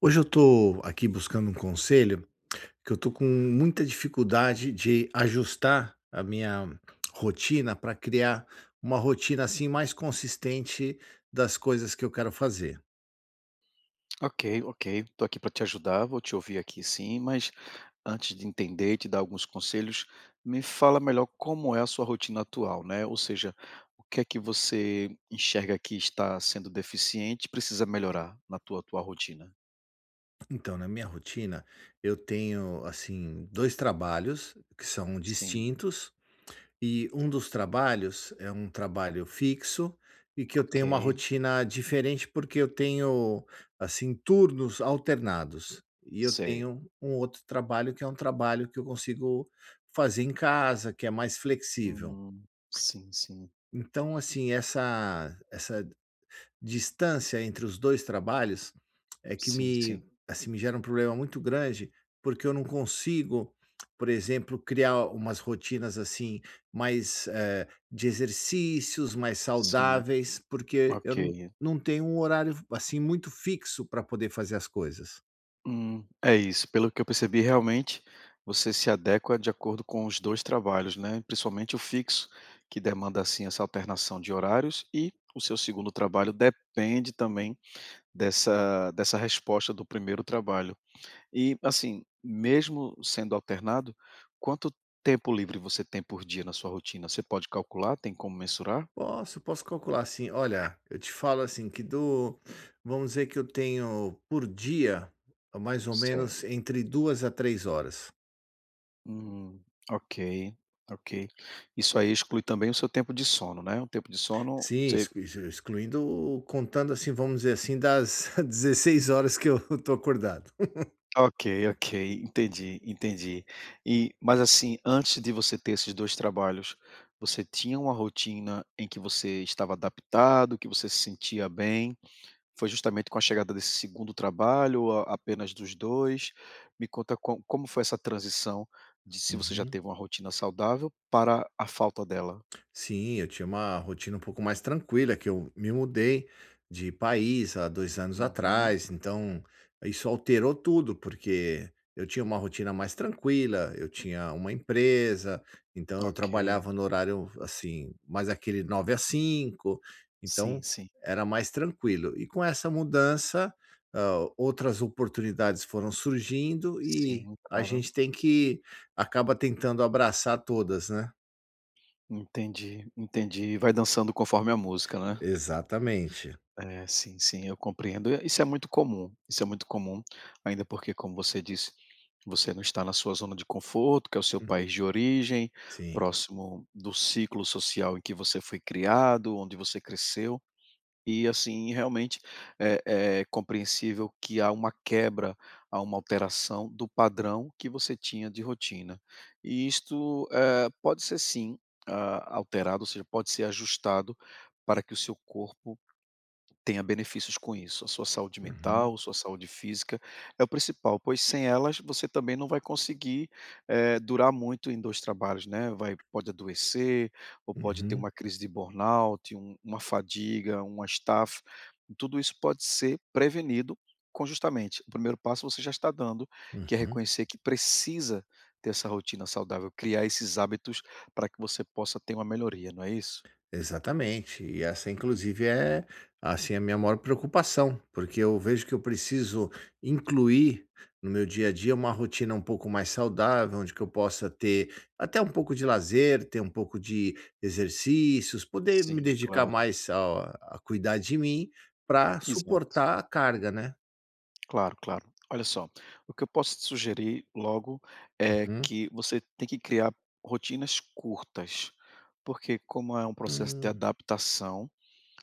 Hoje eu estou aqui buscando um conselho, que eu estou com muita dificuldade de ajustar a minha rotina para criar uma rotina assim mais consistente das coisas que eu quero fazer. Ok, ok. Estou aqui para te ajudar, vou te ouvir aqui sim, mas antes de entender e te dar alguns conselhos, me fala melhor como é a sua rotina atual, né? Ou seja, o que é que você enxerga que está sendo deficiente e precisa melhorar na tua atual rotina? Então, na minha rotina, eu tenho assim dois trabalhos que são Sim, distintos. E um dos trabalhos é um trabalho fixo e que eu ok. tenho uma rotina diferente, porque eu tenho, assim, turnos alternados. E eu Sei. tenho um outro trabalho que é um trabalho que eu consigo fazer em casa, que é mais flexível. Sim, sim, Então, assim, essa distância entre os 2 trabalhos é que sim, sim, me, assim, me gera um problema muito grande, porque eu não consigo, por exemplo, criar umas rotinas, assim, mais, de exercícios, mais sim. saudáveis, porque eu Ok. não tenho um horário, assim, muito fixo para poder fazer as coisas. É isso. Pelo que eu percebi, realmente você se adequa de acordo com os 2 trabalhos, né, principalmente o fixo, que demanda, assim, essa alternação de horários, e o seu segundo trabalho depende também dessa resposta do primeiro trabalho. E, assim, mesmo sendo alternado, quanto tempo livre você tem por dia na sua rotina? Você pode calcular? Tem como mensurar? Posso, posso calcular, assim, olha, eu te falo assim que do vamos dizer que eu tenho por dia, mais ou Certo. menos entre 2 a 3 horas. Hum, ok, ok. Isso aí exclui também o seu tempo de sono, né? O tempo de sono Sim, você. Excluindo, contando assim, vamos dizer assim, das 16 horas que eu estou acordado. Ok, ok, entendi, entendi. E, mas assim, antes de você ter esses 2 trabalhos, você tinha uma rotina em que você estava adaptado, que você se sentia bem? Foi justamente com a chegada desse segundo trabalho ou a apenas dos 2, me conta co como foi essa transição, de se você já Uhum. teve uma rotina saudável para a falta dela? Sim, eu tinha uma rotina um pouco mais tranquila, que eu me mudei de país há 2 anos Uhum, atrás, então isso alterou tudo, porque eu tinha uma rotina mais tranquila, eu tinha uma empresa, então eu ok. trabalhava no horário, assim, mais aquele 9 às 5, Sim, então sim. era mais tranquilo. E com essa mudança, outras oportunidades foram surgindo e Sim, a claro. gente tem que acaba tentando abraçar todas, né? Entendi, entendi. Vai dançando conforme a música, né? Exatamente. É, sim, sim, eu compreendo. E isso é muito comum, isso é muito comum, ainda porque, como você disse, você não está na sua zona de conforto, que é o seu Hum, país de origem, sim. próximo do ciclo social em que você foi criado, onde você cresceu. E, assim, realmente é compreensível que há uma quebra, há uma alteração do padrão que você tinha de rotina. E isto pode ser, sim, alterado, ou seja, pode ser ajustado para que o seu corpo tenha benefícios com isso. A sua saúde Uhum, mental, sua saúde física é o principal, pois sem elas você também não vai conseguir, durar muito em 2 trabalhos, né, vai pode adoecer ou pode ter uhum, uma crise de burnout, uma fadiga, uma estafa. Tudo isso pode ser prevenido com justamente o primeiro passo você já está dando, que é uhum. reconhecer que precisa ter essa rotina saudável, criar esses hábitos para que você possa ter uma melhoria, não é isso? Exatamente. E essa inclusive é, assim, a minha maior preocupação, porque eu vejo que eu preciso incluir no meu dia a dia uma rotina um pouco mais saudável, onde que eu possa ter até um pouco de lazer, ter um pouco de exercícios, poder me Sim, dedicar claro. mais ao a cuidar de mim para Exato. suportar a carga, né. Claro, claro. Olha só, o que eu posso te sugerir logo é Uhum. que você tem que criar rotinas curtas, porque como é um processo de Hum, adaptação,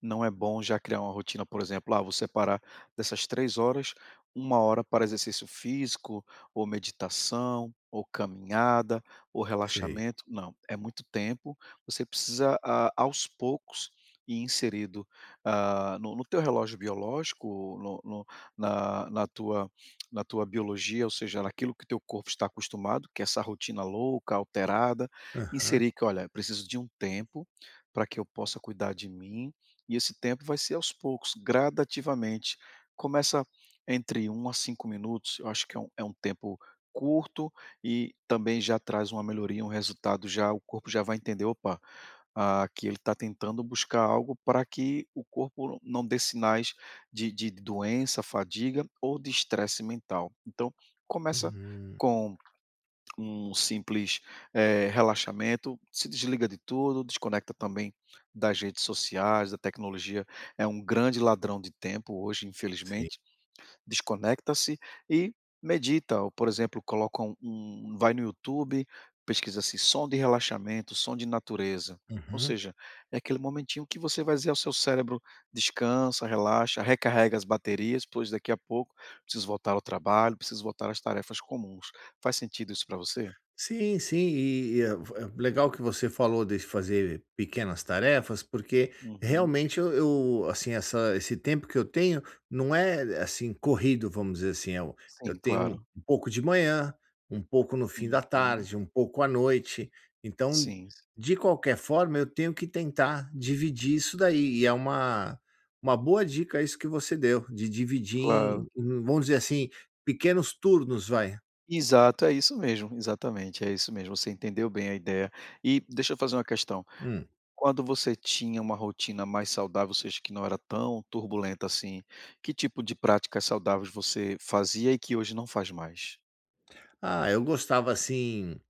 não é bom já criar uma rotina, por exemplo, vou separar dessas 3 horas, uma hora para exercício físico, ou meditação, ou caminhada, ou sei. relaxamento. Não, é muito tempo, você precisa, aos poucos ir inserido, no teu relógio biológico, no no na na tua biologia, ou seja, naquilo que teu corpo está acostumado, que é essa rotina louca, alterada, Aham. inserir que: "Olha, preciso de um tempo para que eu possa cuidar de mim, e esse tempo vai ser aos poucos, gradativamente. Começa entre 1 a 5 minutos, eu acho que é um tempo curto e também já traz uma melhoria, um resultado, já o corpo já vai entender: "Opa, que ele está tentando buscar algo para que o corpo não dê sinais de doença, fadiga ou de estresse mental". Então, começa Uhum. com um simples, relaxamento, se desliga de tudo, desconecta também das redes sociais, da tecnologia, é um grande ladrão de tempo hoje, Sim. infelizmente. Desconecta-se e medita, ou, por exemplo, coloca vai no YouTube, pesquisa assim: "som de relaxamento, som de natureza", ou Uhum. seja, é aquele momentinho que você vai dizer ao seu cérebro: "Descansa, relaxa, recarrega as baterias, pois daqui a pouco preciso voltar ao trabalho, preciso voltar às tarefas comuns". Faz sentido isso para você? Sim, sim, e é legal que você falou de fazer pequenas tarefas, porque Uhum. realmente eu, assim, essa esse tempo que eu tenho não é, assim, corrido, vamos dizer assim, eu Sim, tenho claro. um pouco de manhã, um pouco no fim da Uhum. tarde, um pouco à noite, então, Sim, de qualquer forma, eu tenho que tentar dividir isso daí, e é uma boa dica isso que você deu, de dividir claro. em, vamos dizer assim, pequenos turnos, vai. Exato, é isso mesmo, exatamente, é isso mesmo, você entendeu bem a ideia. E deixa eu fazer uma questão, Hum. quando você tinha uma rotina mais saudável, ou seja, que não era tão turbulenta assim, que tipo de práticas saudáveis você fazia e que hoje não faz mais? Ah, eu gostava assim,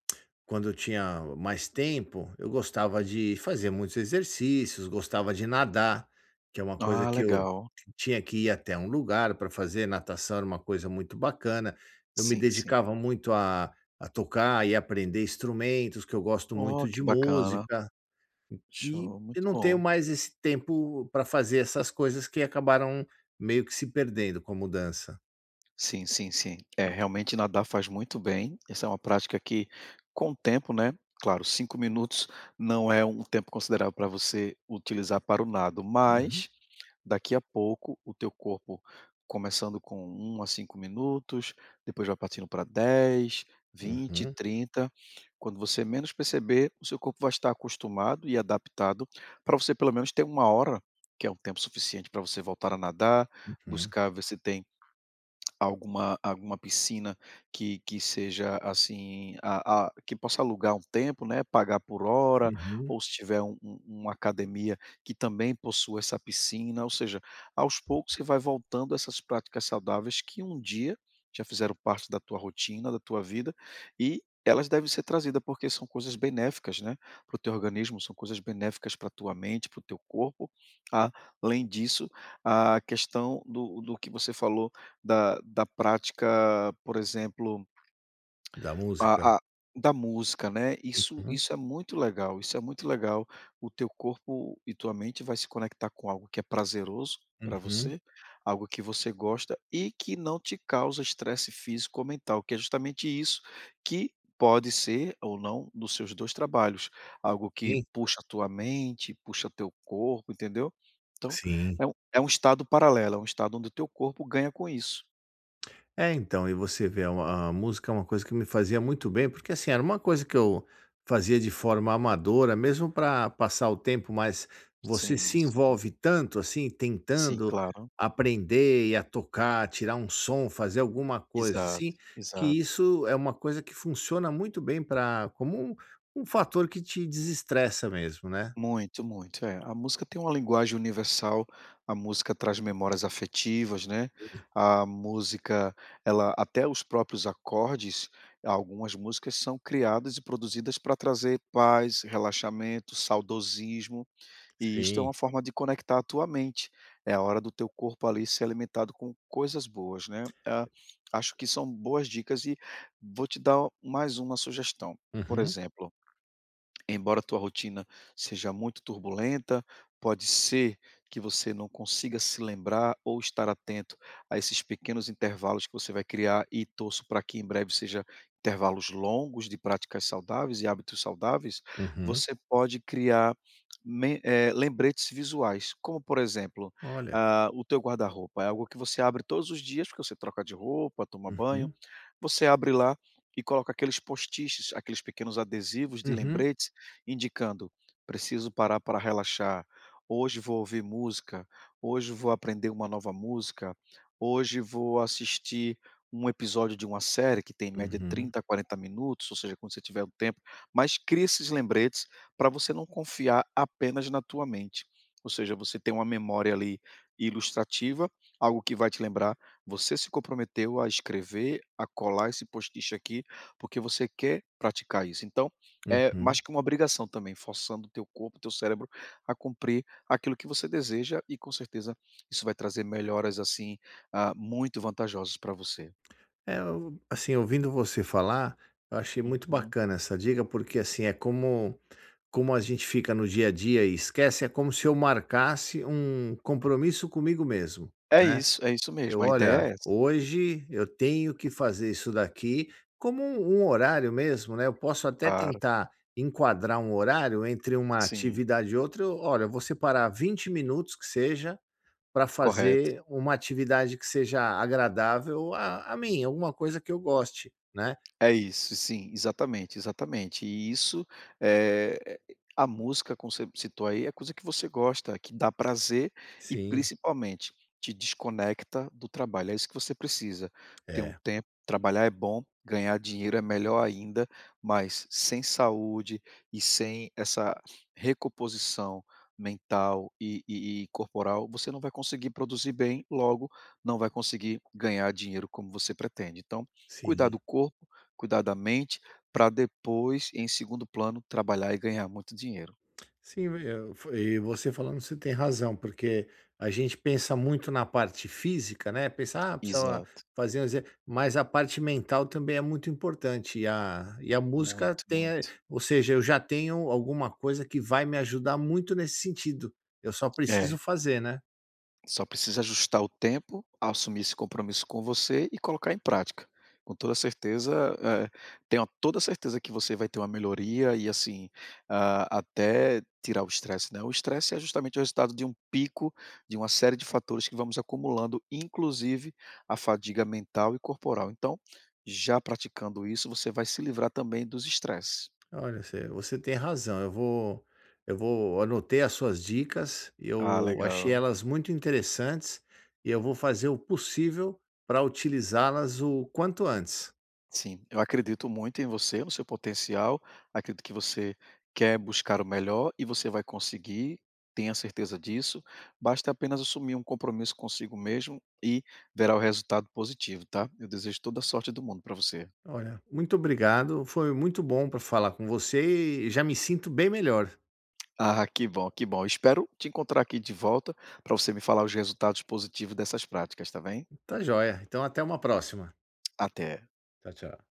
quando eu tinha mais tempo, eu gostava Hum. de fazer muitos exercícios, gostava de nadar, que é uma coisa Ah, que eu legal. tinha que ir até um lugar para fazer. Natação era uma coisa muito bacana. Eu me Sim, sim. dedicava muito a tocar e aprender instrumentos, que eu gosto Oh, muito que de bacana. música, e Show, eu muito não tenho bom. mais esse tempo para fazer essas coisas que acabaram meio que se perdendo com a mudança. Sim, sim, sim. É, realmente nadar faz muito bem. Essa é uma prática que, com o tempo, né? Claro, 5 minutos não é um tempo considerável para você utilizar para o nado, Uhum, mas daqui a pouco o teu corpo, começando com 1 a 5 minutos, depois vai partindo para dez, vinte, uhum, trinta. Quando você menos perceber, o seu corpo vai estar acostumado e adaptado para você pelo menos ter uma hora, que é um tempo suficiente para você voltar a nadar, uhum, buscar ver se tem alguma piscina que seja, assim, a que possa alugar um tempo, né, pagar por hora, uhum, ou se tiver uma academia que também possua essa piscina, ou seja, aos poucos você vai voltando a essas práticas saudáveis que um dia já fizeram parte da tua rotina, da tua vida, e elas devem ser trazidas porque são coisas benéficas, né, para o teu organismo, são coisas benéficas para a tua mente, para o teu corpo. Ah, além disso, a questão do que você falou da prática, por exemplo, da música. a da música, né, isso Hum, isso é muito legal, isso é muito legal. O teu corpo e tua mente vai se conectar com algo que é prazeroso para uhum. você, algo que você gosta e que não te causa estresse físico ou mental, que é justamente isso que pode ser ou não dos seus 2 trabalhos, algo que Sim, puxa a tua mente, puxa teu corpo, entendeu? Então, sim. é um estado paralelo, é um estado onde o teu corpo ganha com isso. É, então, e você vê, a música é uma coisa que me fazia muito bem, porque, assim, era uma coisa que eu fazia de forma amadora, mesmo para passar o tempo, mas você Sim, se sim. envolve tanto, assim, Sim, tentando claro. aprender e a tocar, tirar um som, fazer alguma coisa, Exato, assim, que exato. isso é uma coisa que funciona muito bem para, como um fator que te desestressa mesmo, né. Muito, muito. É, a música tem uma linguagem universal, a música traz memórias afetivas, né, a música, ela até os próprios acordes, algumas músicas são criadas e produzidas para trazer paz, relaxamento, saudosismo. E isto é Sim. uma forma de conectar a tua mente. É a hora do teu corpo ali ser alimentado com coisas boas, né? Ah, acho que são boas dicas e vou te dar mais uma sugestão. Por Uhum, exemplo, embora a tua rotina seja muito turbulenta, pode ser que você não consiga se lembrar ou estar atento a esses pequenos intervalos que você vai criar, e torço para que em breve seja intervalos longos de práticas saudáveis e hábitos saudáveis. uhum. Você pode criar lembretes visuais, como por exemplo, Olha. O teu guarda-roupa. É algo que você abre todos os dias, porque você troca de roupa, toma banho, Uhum, você abre lá e coloca aqueles post-its, aqueles pequenos adesivos de uhum, lembretes indicando: preciso parar para relaxar, hoje vou ouvir música, hoje vou aprender uma nova música, hoje vou assistir um episódio de uma série que tem em média de uhum. 30 a 40 minutos, ou seja, quando você tiver o tempo, mas cria esses lembretes para você não confiar apenas na tua mente. Ou seja, você tem uma memória ali ilustrativa, algo que vai te lembrar você se comprometeu a escrever, a colar esse post-it aqui, porque você quer praticar isso. Então, é mais Uhum. que uma obrigação também, forçando o teu corpo, o teu cérebro a cumprir aquilo que você deseja, e com certeza isso vai trazer melhoras assim, muito vantajosas para você. É, eu, assim, ouvindo você falar, eu achei muito Uhum. bacana essa dica, porque, assim, é como a gente fica no dia a dia e esquece, é como se eu marcasse um compromisso comigo mesmo, né. É isso Eu: mesmo, a "Olha, ideia é essa. hoje eu tenho que fazer isso daqui", como um horário mesmo, né, eu posso até Claro, tentar enquadrar um horário entre uma sim, atividade e outra, eu: "Olha, eu vou separar 20 minutos que seja para correto. fazer uma atividade que seja agradável a mim, alguma coisa que eu goste", né. É isso, sim, exatamente, exatamente. E isso, a música, como você citou aí, é coisa que você gosta, que dá prazer e Sim, principalmente te desconecta do trabalho. É isso que você precisa. Ter um é, tempo, trabalhar é bom, ganhar dinheiro é melhor ainda, mas sem saúde e sem essa recomposição mental e corporal, você não vai conseguir produzir bem, logo, não vai conseguir ganhar dinheiro como você pretende. Então, cuidar do sim. corpo, cuidar da mente, pra depois, em segundo plano, trabalhar e ganhar muito dinheiro. Sim, eu fo e você falando, você tem razão, porque a gente pensa muito na parte física, né. Pensar: "Ah, precisa Exato. fazer um exer", mas a parte mental também é muito importante a música Muito, tem, a muito. ou seja, eu já tenho alguma coisa que vai me ajudar muito nesse sentido, eu só É. preciso fazer, né. Só precisa ajustar o tempo, assumir esse compromisso com você e colocar em prática. Com toda certeza, tenho toda certeza que você vai ter uma melhoria e assim, até tirar o estresse, né? O estresse é justamente o resultado de um pico, de uma série de fatores que vamos acumulando, inclusive a fadiga mental e corporal. Então, já praticando isso, você vai se livrar também dos estresses. Olha, você tem razão. Eu vou anotei as suas dicas, Ah, eu achei legal. elas muito interessantes e eu vou fazer o possível para utilizá-las o quanto antes. Sim, eu acredito muito em você, no seu potencial. Acredito que você quer buscar o melhor e você vai conseguir, tenha certeza disso. Basta apenas assumir um compromisso consigo mesmo e verá o resultado positivo, tá? Eu desejo toda a sorte do mundo para você. Olha, muito obrigado. Foi muito bom para falar com você e já me sinto bem melhor. Ah, que bom, que bom. Espero te encontrar aqui de volta para você me falar os resultados positivos dessas práticas, tá bem? Tá joia. Então até uma próxima. Até. Tchau, tchau.